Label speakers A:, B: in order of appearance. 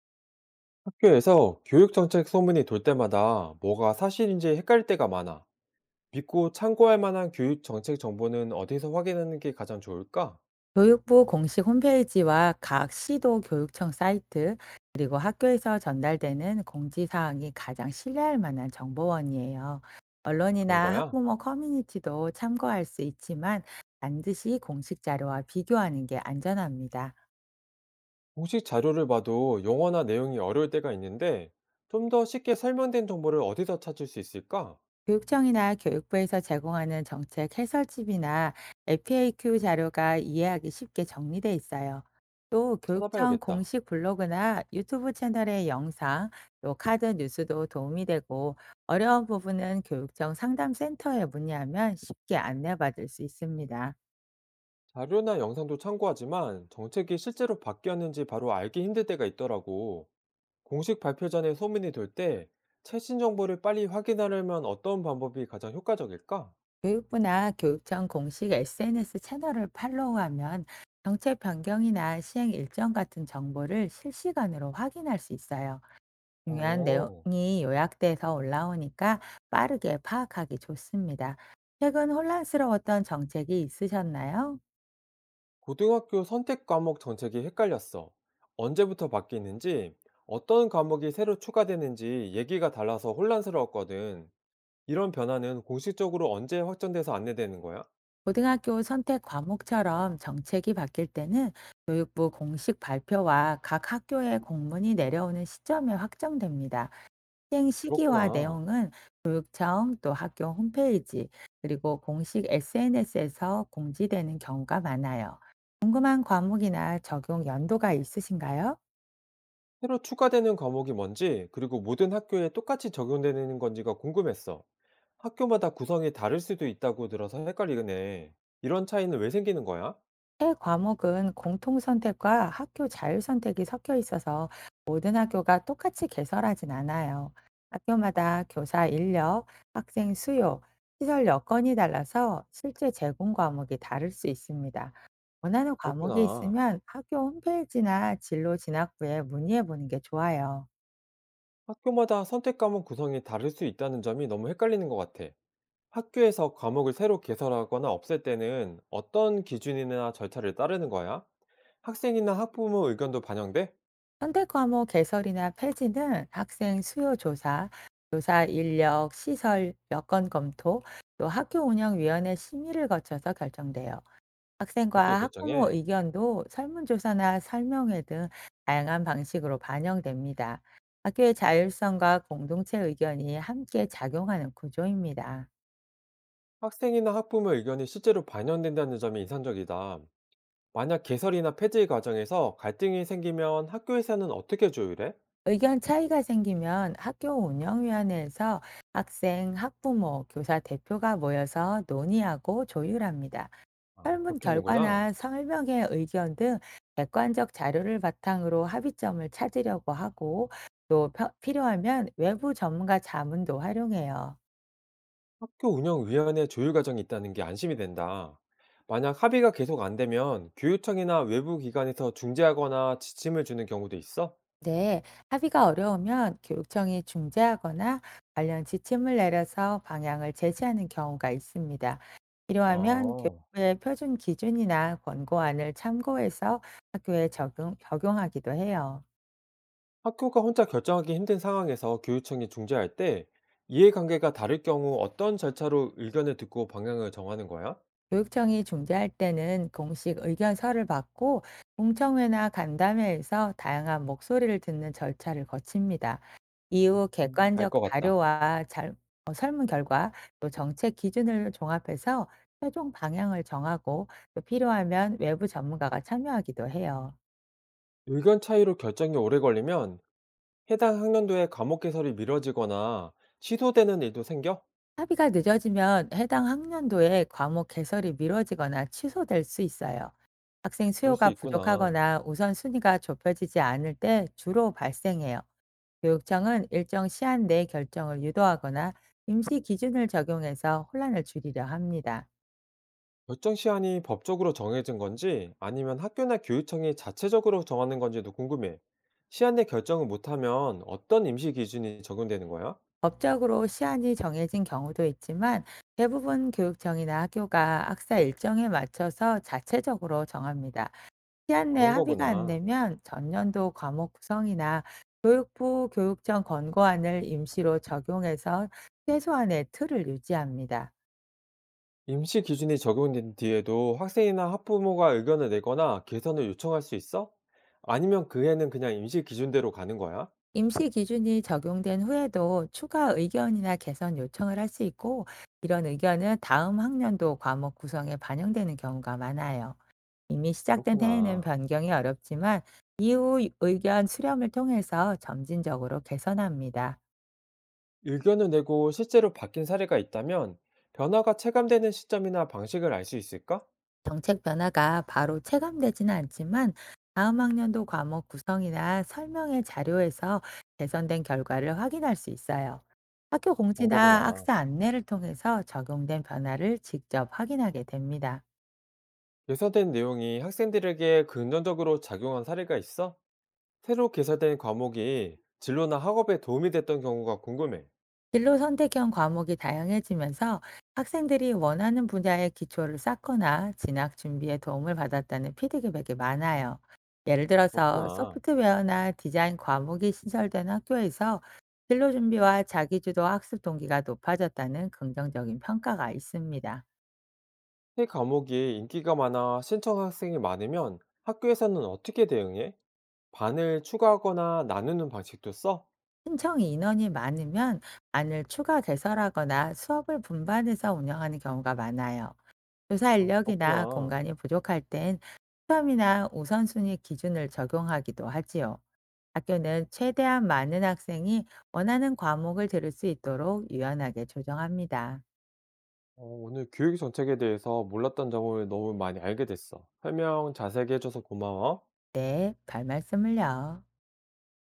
A: 학교에서 교육 정책 소문이 돌 때마다 뭐가 사실인지 헷갈릴 때가 많아. 믿고 참고할 만한 교육 정책 정보는 어디서 확인하는 게 가장 좋을까?
B: 교육부 공식 홈페이지와 각 시도 교육청 사이트, 그리고 학교에서 전달되는 공지사항이 가장 신뢰할 만한 정보원이에요.
A: 그런
B: 언론이나
A: 거야.
B: 학부모 커뮤니티도 참고할 수 있지만 반드시 공식 자료와 비교하는 게 안전합니다.
A: 공식 자료를 봐도 용어나 내용이 어려울 때가 있는데 좀 더 쉽게 설명된 정보를 어디서 찾을 수 있을까?
B: 교육청이나 교육부에서 제공하는 정책 해설집이나 FAQ 자료가 이해하기 쉽게 정리돼 있어요. 또 교육청
A: 찾아봐야겠다.
B: 공식 블로그나 유튜브 채널의 영상, 또 카드 뉴스도 도움이 되고 어려운 부분은 교육청 상담센터에 문의하면 쉽게 안내받을 수 있습니다.
A: 자료나 영상도 참고하지만 정책이 실제로 바뀌었는지 바로 알기 힘들 때가 있더라고. 공식 발표 전에 소문이 돌 때 최신 정보를 빨리 확인하려면 어떤 방법이 가장 효과적일까?
B: 교육부나 교육청 공식 SNS 채널을 팔로우하면 정책 변경이나 시행 일정 같은 정보를 실시간으로 확인할 수 있어요. 중요한
A: 어,
B: 내용이 요약돼서 올라오니까 빠르게 파악하기 좋습니다. 최근 혼란스러웠던 정책이 있으셨나요?
A: 고등학교 선택 과목 정책이 헷갈렸어. 언제부터 바뀌는지, 어떤 과목이 새로 추가되는지 얘기가 달라서 혼란스러웠거든. 이런 변화는 공식적으로 언제 확정돼서 안내되는 거야?
B: 고등학교 선택 과목처럼 정책이 바뀔 때는 교육부 공식 발표와 각 학교의 공문이 내려오는 시점에 확정됩니다. 시행 시기와
A: 그렇구나.
B: 내용은 교육청 또 학교 홈페이지 그리고 공식 SNS에서 공지되는 경우가 많아요. 궁금한 과목이나 적용 연도가 있으신가요?
A: 새로 추가되는 과목이 뭔지, 그리고 모든 학교에 똑같이 적용되는 건지가 궁금했어. 학교마다 구성이 다를 수도 있다고 들어서 헷갈리네. 이런 차이는 왜 생기는 거야?
B: 새 과목은 공통선택과 학교 자율선택이 섞여 있어서 모든 학교가 똑같이 개설하진 않아요. 학교마다 교사 인력, 학생 수요, 시설 여건이 달라서 실제 제공 과목이 다를 수 있습니다. 원하는 과목이
A: 그렇구나.
B: 있으면 학교 홈페이지나 진로 진학부에 문의해 보는 게 좋아요.
A: 학교마다 선택 과목 구성이 다를 수 있다는 점이 너무 헷갈리는 것 같아. 학교에서 과목을 새로 개설하거나 없앨 때는 어떤 기준이나 절차를 따르는 거야? 학생이나 학부모 의견도 반영돼?
B: 선택 과목 개설이나 폐지는 학생 수요 조사, 교사 인력, 시설, 여건 검토, 또 학교 운영위원회 심의를 거쳐서 결정돼요.
A: 그렇게
B: 학생과 학부모
A: 결정해.
B: 의견도 설문조사나 설명회 등 다양한 방식으로 반영됩니다. 학교의 자율성과 공동체 의견이 함께 작용하는 구조입니다.
A: 학생이나 학부모 의견이 실제로 반영된다는 점이 인상적이다. 만약 개설이나 폐지 과정에서 갈등이 생기면 학교에서는 어떻게 조율해?
B: 의견 차이가 생기면 학교 운영위원회에서 학생, 학부모, 교사 대표가 모여서 논의하고 조율합니다.
A: 아,
B: 설문
A: 그렇게 하는구나.
B: 결과나 설명의 의견 등 객관적 자료를 바탕으로 합의점을 찾으려고 하고 또 필요하면 외부 전문가 자문도 활용해요.
A: 학교 운영위원회 조율 과정이 있다는 게 안심이 된다. 만약 합의가 계속 안 되면 교육청이나 외부 기관에서 중재하거나 지침을 주는 경우도 있어?
B: 네, 합의가 어려우면 교육청이 중재하거나 관련 지침을 내려서 방향을 제시하는 경우가 있습니다. 필요하면
A: 아.
B: 교육부의 표준 기준이나 권고안을 참고해서 학교에 적용하기도 해요.
A: 학교가 혼자 결정하기 힘든 상황에서 교육청이 중재할 때 이해관계가 다를 경우 어떤 절차로 의견을 듣고 방향을 정하는 거야?
B: 교육청이 중재할 때는 공식 의견서를 받고 공청회나 간담회에서 다양한 목소리를 듣는 절차를 거칩니다. 이후
A: 알
B: 객관적
A: 것 같다.
B: 자료와 설문 결과 또 정책 기준을 종합해서 최종 방향을 정하고 또 필요하면 외부 전문가가 참여하기도 해요.
A: 의견 차이로 결정이 오래 걸리면 해당 학년도에 과목 개설이 미뤄지거나 취소되는 일도 생겨?
B: 합의가 늦어지면 해당 학년도에 과목 개설이 미뤄지거나 취소될 수 있어요. 학생
A: 그럴 수
B: 수요가
A: 있구나.
B: 부족하거나 우선순위가 좁혀지지 않을 때 주로 발생해요. 교육청은 일정 시한 내 결정을 유도하거나 임시 기준을 적용해서 혼란을 줄이려 합니다.
A: 결정 시한이 법적으로 정해진 건지 아니면 학교나 교육청이 자체적으로 정하는 건지도 궁금해. 시한 내 결정을 못하면 어떤 임시 기준이 적용되는 거야?
B: 법적으로 시한이 정해진 경우도 있지만 대부분 교육청이나 학교가 학사 일정에 맞춰서 자체적으로 정합니다. 시한 내
A: 그런
B: 합의가 안
A: 거구나.
B: 되면 전년도 과목 구성이나 교육부 교육청 권고안을 임시로 적용해서 최소한의 틀을 유지합니다.
A: 임시 기준이 적용된 뒤에도 학생이나 학부모가 의견을 내거나 개선을 요청할 수 있어? 아니면 그 해는 그냥 임시 기준대로 가는 거야?
B: 임시 기준이 적용된 후에도 추가 의견이나 개선 요청을 할 수 있고, 이런 의견은 다음 학년도 과목 구성에 반영되는 경우가 많아요. 이미 시작된 해에는
A: 그렇구나.
B: 변경이 어렵지만, 이후 의견 수렴을 통해서 점진적으로 개선합니다.
A: 의견을 내고 실제로 바뀐 사례가 있다면 변화가 체감되는 시점이나 방식을 알 수 있을까?
B: 정책 변화가 바로 체감되지는 않지만 다음 학년도 과목 구성이나 설명의 자료에서 개선된 결과를 확인할 수 있어요. 학교
A: 그런
B: 공지나
A: 거구나.
B: 학사 안내를 통해서 적용된 변화를 직접 확인하게 됩니다.
A: 개선된 내용이 학생들에게 긍정적으로 작용한 사례가 있어? 새로 개설된 과목이 진로나 학업에 도움이 됐던 경우가 궁금해.
B: 진로 선택형 과목이 다양해지면서 학생들이 원하는 분야의 기초를 쌓거나 진학 준비에 도움을 받았다는 피드백이 많아요. 예를 들어서
A: 그렇구나.
B: 소프트웨어나 디자인 과목이 신설된 학교에서 진로 준비와 자기주도 학습 동기가 높아졌다는 긍정적인 평가가 있습니다.
A: 새 과목이 인기가 많아 신청 학생이 많으면 학교에서는 어떻게 대응해? 반을 추가하거나 나누는 방식도 써?
B: 신청 인원이 많으면 안을 추가 개설하거나 수업을 분반해서 운영하는 경우가 많아요. 조사
A: 아,
B: 인력이나
A: 그렇구나.
B: 공간이 부족할 땐 수험이나 우선순위 기준을 적용하기도 하지요. 학교는 최대한 많은 학생이 원하는 과목을 들을 수 있도록 유연하게 조정합니다.
A: 오늘 교육 정책에 대해서 몰랐던 점을 너무 많이 알게 됐어. 설명 자세히 해줘서 고마워.
B: 네, 별 말씀을요.